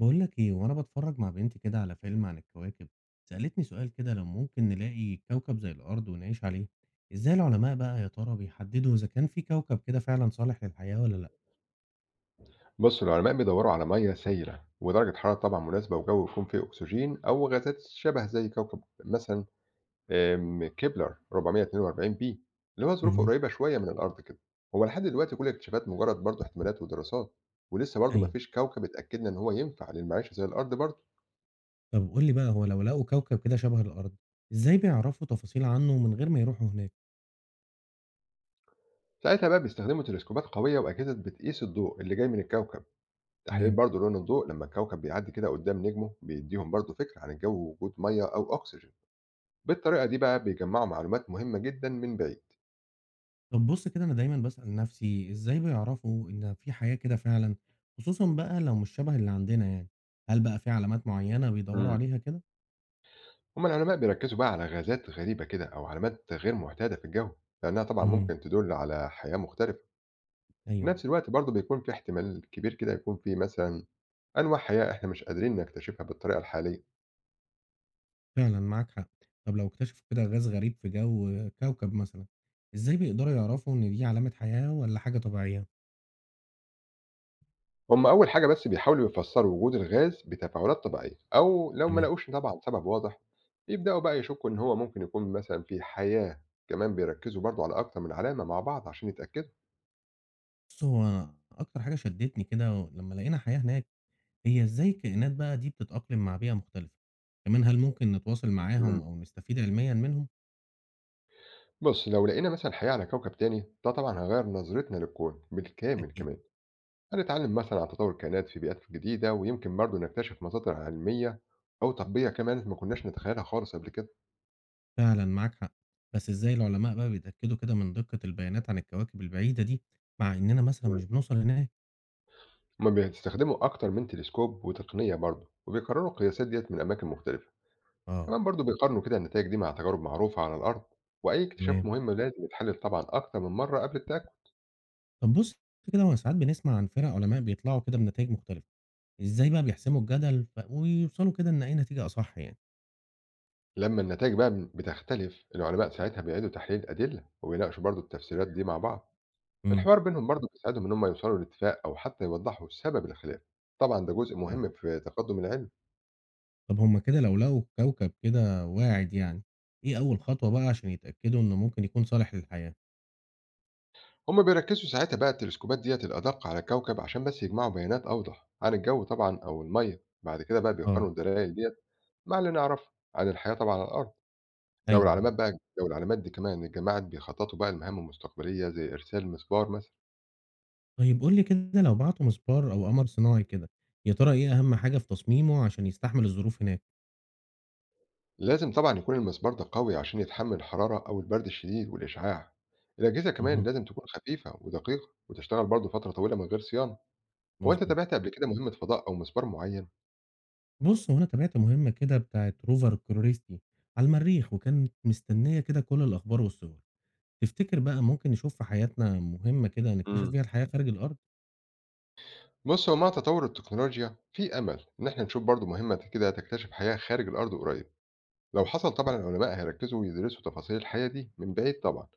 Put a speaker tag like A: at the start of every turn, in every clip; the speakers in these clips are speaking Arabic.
A: بقول لك ايه وانا بتفرج مع بنتي كده على فيلم عن الكواكب. سألتني سؤال كده لو ممكن نلاقي كوكب زي الارض ونعيش عليه. ازاي العلماء بقى يا ترى بيحددوا اذا كان في كوكب كده فعلا صالح للحياة ولا لا؟
B: بص، العلماء بيدوروا على مية سايلة ودرجة حرارة طبعا مناسبة وجو يكون فيه أكسجين أو غازات شبه زي كوكب مثلا، كيبلر 442 بي، اللي هو ظروفه
A: مهم.
B: قريبة شوية من الأرض كده. هو لحد دلوقتي كل الاكتشافات مجرد برضه احتمالات ودراسات، ولسه برضه
A: ايوه.
B: مفيش كوكب اتأكدنا إن هو ينفع للمعيشة زي الأرض برضه.
A: طب قول لي بقى هو لو لقوا كوكب كده شبه الارض، ازاي بيعرفوا تفاصيل عنه من غير ما يروحوا هناك؟
B: ساعتها بقى بيستخدموا تلسكوبات قوية وأجهزة بتقيس الضوء اللي جاي من الكوكب. تحليل
A: تمام.
B: برضه لون الضوء لما الكوكب بيعدي كده قدام نجمه بيديهم برضه فكرة عن الجو ووجود مية أو أكسجين. بالطريقة دي بقى بيجمعوا معلومات مهمة جدا من بعيد.
A: طب بص كده انا دايما بسأل نفسي ازاي بيعرفوا ان في حياة كده فعلا، خصوصا بقى لو مش شبه اللي عندنا يعني. هل بقى في علامات معينة بيدوروا
B: امم
A: عليها كده؟
B: هم العلماء بيركزوا بقى على غازات غريبة كده أو علامات غير معتادة في الجو، لأنها طبعا
A: مم.
B: ممكن تدل على حياة مختلفة. في
A: ايوه.
B: نفس الوقت برضه بيكون في احتمال كبير كده يكون في مثلا أنواع حياة إحنا مش قادرين نكتشفها بالطريقة الحالية.
A: فعلًا معاك حق. طب لو اكتشفوا كده غاز غريب في جو كوكب مثلًا، إزاي بيقدروا يعرفوا إن دي علامة حياة والّا حاجة طبيعية؟
B: هم أول حاجة بس بيحاولوا يفسروا وجود الغاز بتفاعلات طبيعية، أو لو ما
A: تمام.
B: لقوش طبعا سبب واضح يبدأوا بقى يشكوا إن هو ممكن يكون مثلا في حياة. كمان بيركزوا برضه على أكتر من علامة مع بعض عشان يتأكدوا.
A: بُص، هو أنا أكتر حاجة شدتني كده لمّا لقينا حياة هناك، هي إزاي الكائنات بقى دي بتتأقلم مع بيئة مختلفة، كمان هل ممكن نتواصل معاهم أو نستفيد علميًا منهم؟
B: بص، لو لقينا مثلا حياة على كوكب تاني ده طبعا هيغير نظرتنا للكون بالكامل
A: أكيد.
B: كمان. هنتعلم مثلا عن تطور الكائنات في بيئات جديدة، ويمكن برضه نكتشف مصادر علمية أو طبية كمان ما كناش نتخيلها خالص قبل كده.
A: فعلًا معاك حق. بس إزاي العلماء بقى بيتأكدوا كده من دقة البيانات عن الكواكب البعيدة دي، مع إننا مثلًا
B: مم.
A: مش بنوصل هناك؟
B: هما بيستخدموا أكتر من تلسكوب وتقنية برضه، وبيقارنوا القياسات ديت من أماكن مختلفة.
A: آه،
B: كمان برضه بيقارنوا كده النتائج دي مع تجارب معروفة على الأرض، وأي اكتشاف
A: تمام.
B: مهم لازم يتحلل طبعا أكتر من مرة قبل التأكد.
A: طب بُص كده، هو ساعات بنسمع عن فرق علماء بيطلعوا كده بنتايج مختلفة. إزاي بقى بيحسموا الجدل ف ويوصلوا كده لإن أي نتيجة أصح يعني؟
B: لما النتائج بقى بتختلف، العلماء ساعتها بيعيدوا تحليل الأدلة وبيناقشوا برضه التفسيرات دي مع بعض.
A: إمم.
B: الحوار بينهم برضه بيساعدهم إن هم يوصلوا لاتفاق أو حتى يوضحوا سبب الخلاف. طبعا ده جزء
A: فعلًا.
B: مهم في تقدم العلم.
A: طب هُم كده لو لقوا كوكب كده واعد يعني، إيه أول خطوة بقى عشان يتأكدوا إنه ممكن يكون صالح للحياة؟
B: هم بيركزوا ساعتها بقى التلسكوبات ديت الأدق على الكوكب عشان بس يجمعوا بيانات أوضح عن الجو طبعا أو المية. بعد كده بقى
A: آه،
B: بيقارنوا الدلائل ديت مع اللي نعرفه عن الحياة طبعا على الأرض. لو
A: أيوه، أيوه.
B: العلامات بقى لو العلامات دي كمان اتجمعت بيخططوا بقى المهام المستقبلية زي إرسال مسبار مثلا.
A: طيب قُل لي كده لو بعتوا مسبار أو قمر صناعي كده، يا ترى إيه أهم حاجة في تصميمه عشان يستحمل الظروف هناك؟
B: لازم طبعا يكون المسبار ده قوي عشان يتحمل الحرارة أو البرد الشديد والإشعاع. الأجهزة كمان
A: اهم.
B: لازم تكون خفيفة ودقيقة وتشتغل برضه فترة طويلة من غير صيانة. هو أنت
A: مضبوط.
B: تابعت قبل كده مهمة فضاء أو مسبار معين؟
A: بُص، هو أنا تابعت مهمة كده بتاعة روفر كريستي على المريخ، وكانت مستنية كده كل الأخبار والصور. تفتكر بقى ممكن نشوف في حياتنا مهمة كده نكتشف
B: امم
A: بيها الحياة خارج الأرض؟
B: بص، هو مع تطور التكنولوجيا في أمل إن إحنا نشوف برضو مهمة كده تكتشف حياة خارج الأرض قريب، لو
A: إمم.
B: حصل طبعا العلماء هيركزوا ويدرسوا تفاصيل الحياة دي من بعيد طبعا.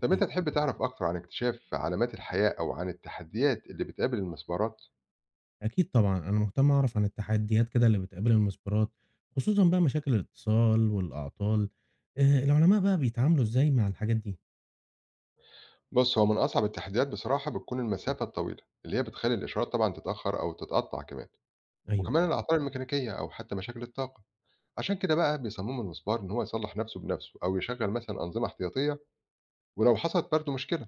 B: طب أنت تحب تعرف أكتر عن اكتشاف علامات الحياة أو عن التحديات اللي بتقابل المسبارات؟
A: أكيد طبعًا، أنا مهتم أعرف عن التحديات كده اللي بتقابل المسبرات، خصوصًا بقى مشاكل الاتصال والأعطال. العلماء بقى بيتعاملوا إزاي مع الحاجات دي؟
B: بص، هو من أصعب التحديات بصراحة بتكون المسافة الطويلة اللي هي بتخلي الإشارات طبعا تتأخر أو تتقطع كمان،
A: أيوه،
B: وكمان
A: أيوه.
B: الأعطال الميكانيكية أو حتى مشاكل الطاقة. عشان كده بقى بيصمموا المسبار إن هو يصلح نفسه بنفسه أو يشغل مثلا أنظمة احتياطية ولو حصلت برضه مشكلة،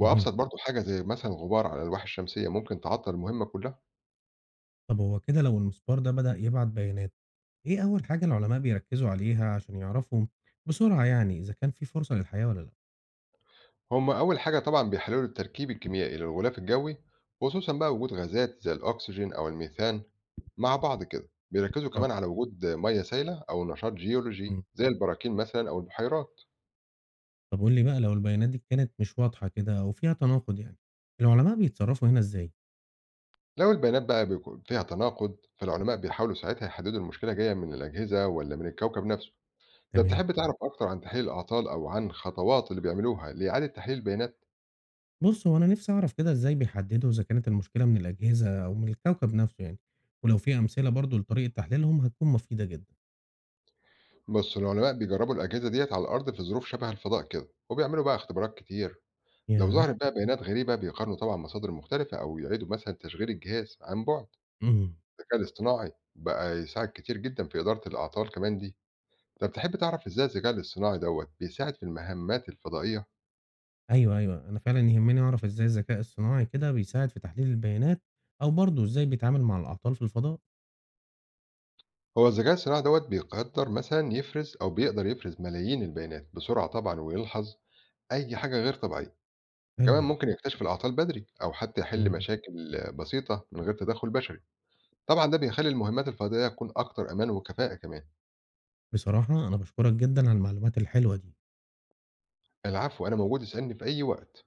A: اهم.
B: برضه حاجة زي مثلًا غبار على الألواح الشمسية ممكن تعطّل المهمة كلها.
A: طب هو كده لو المسبار ده بدأ يبعت بيانات، إيه أول حاجة العلماء بيركزوا عليها عشان يعرفوا بسرعة يعني إذا كان في فرصة للحياة والّا لأ؟
B: هم أول حاجة طبعًا بيحللوا التركيب الكيميائي للغلاف الجوي، خصوصًا بقى وجود غازات زي الأكسجين أو الميثان مع بعض كده. بيركّزوا
A: رائع.
B: كمان على وجود مَيّة سايلة أو نشاط جيولوجي
A: إمم.
B: زي البراكين مثلًا أو البحيرات.
A: طب قُل لي بقى لو البيانات دي كانت مش واضحة كده أو فيها تناقض يعني، العلماء بيتصرفوا هنا إزاي؟
B: لو البيانات بقى بيكون فيها تناقض، فالعلماء بيحاولوا ساعتها يحددوا المشكلة جاية من الأجهزة والّا من الكوكب نفسه. أنت
A: تمام.
B: بتحب تعرف أكتر عن تحليل الأعطال أو عن خطوات اللي بيعملوها لإعادة تحليل البيانات؟
A: بُص، هو أنا نِفْسي أعرف كده إزاي بيحدّدوا إذا كانت المشكلة من الأجهزة أو من الكوكب نَفْسه يعني، ولو في أمثلة برضه لطريقة تحليلهم هتكون مفيدة جدًا.
B: بص، العلماء بيجربوا الأجهزة ديت على الأرض في ظروف شبه الفضاء كده وبيعملوا بقى اختبارات كتير. لو
A: ياه!
B: ظهرت بقى بيانات غريبة بيقارنوا طبعا مصادر مختلفة، أو يعيدوا مثلا تشغيل الجهاز عن بعد.
A: إمم.
B: الذكاء الاصطناعي بقى يساعد كتير جدا في إدارة الأعطال كمان دي. طب تحب تعرف إزاي الذكاء الاصطناعي دوت بيساعد في المهمات الفضائية؟
A: أيوه، أيوه. أنا فعلًا يهمّني أعرف إزاي الذكاء الصناعي كده بيساعد في تحليل البيانات أو برضه إزاي بيتعامل مع الأعطال في الفضاء.
B: هو الذكاء الاصطناعي دوت بيقدر مثلا يفرز، أو بيقدر يفرز ملايين البيانات بسرعة طبعا، ويلحظ أي حاجة غير طبيعية.
A: حلو
B: كمان
A: أوي.
B: ممكن يكتشف الأعطال بدري أو حتى يحل
A: إمم.
B: مشاكل بسيطة من غير تدخل بشري. طبعًا ده بيخلّي المهمات الفردية تكون أكتر أمان وكفاءة كمان.
A: بصراحة أنا باشكرك جدًا على المعلومات الحلوة دي.
B: العفو، أنا موجود اسألني في أي وقت.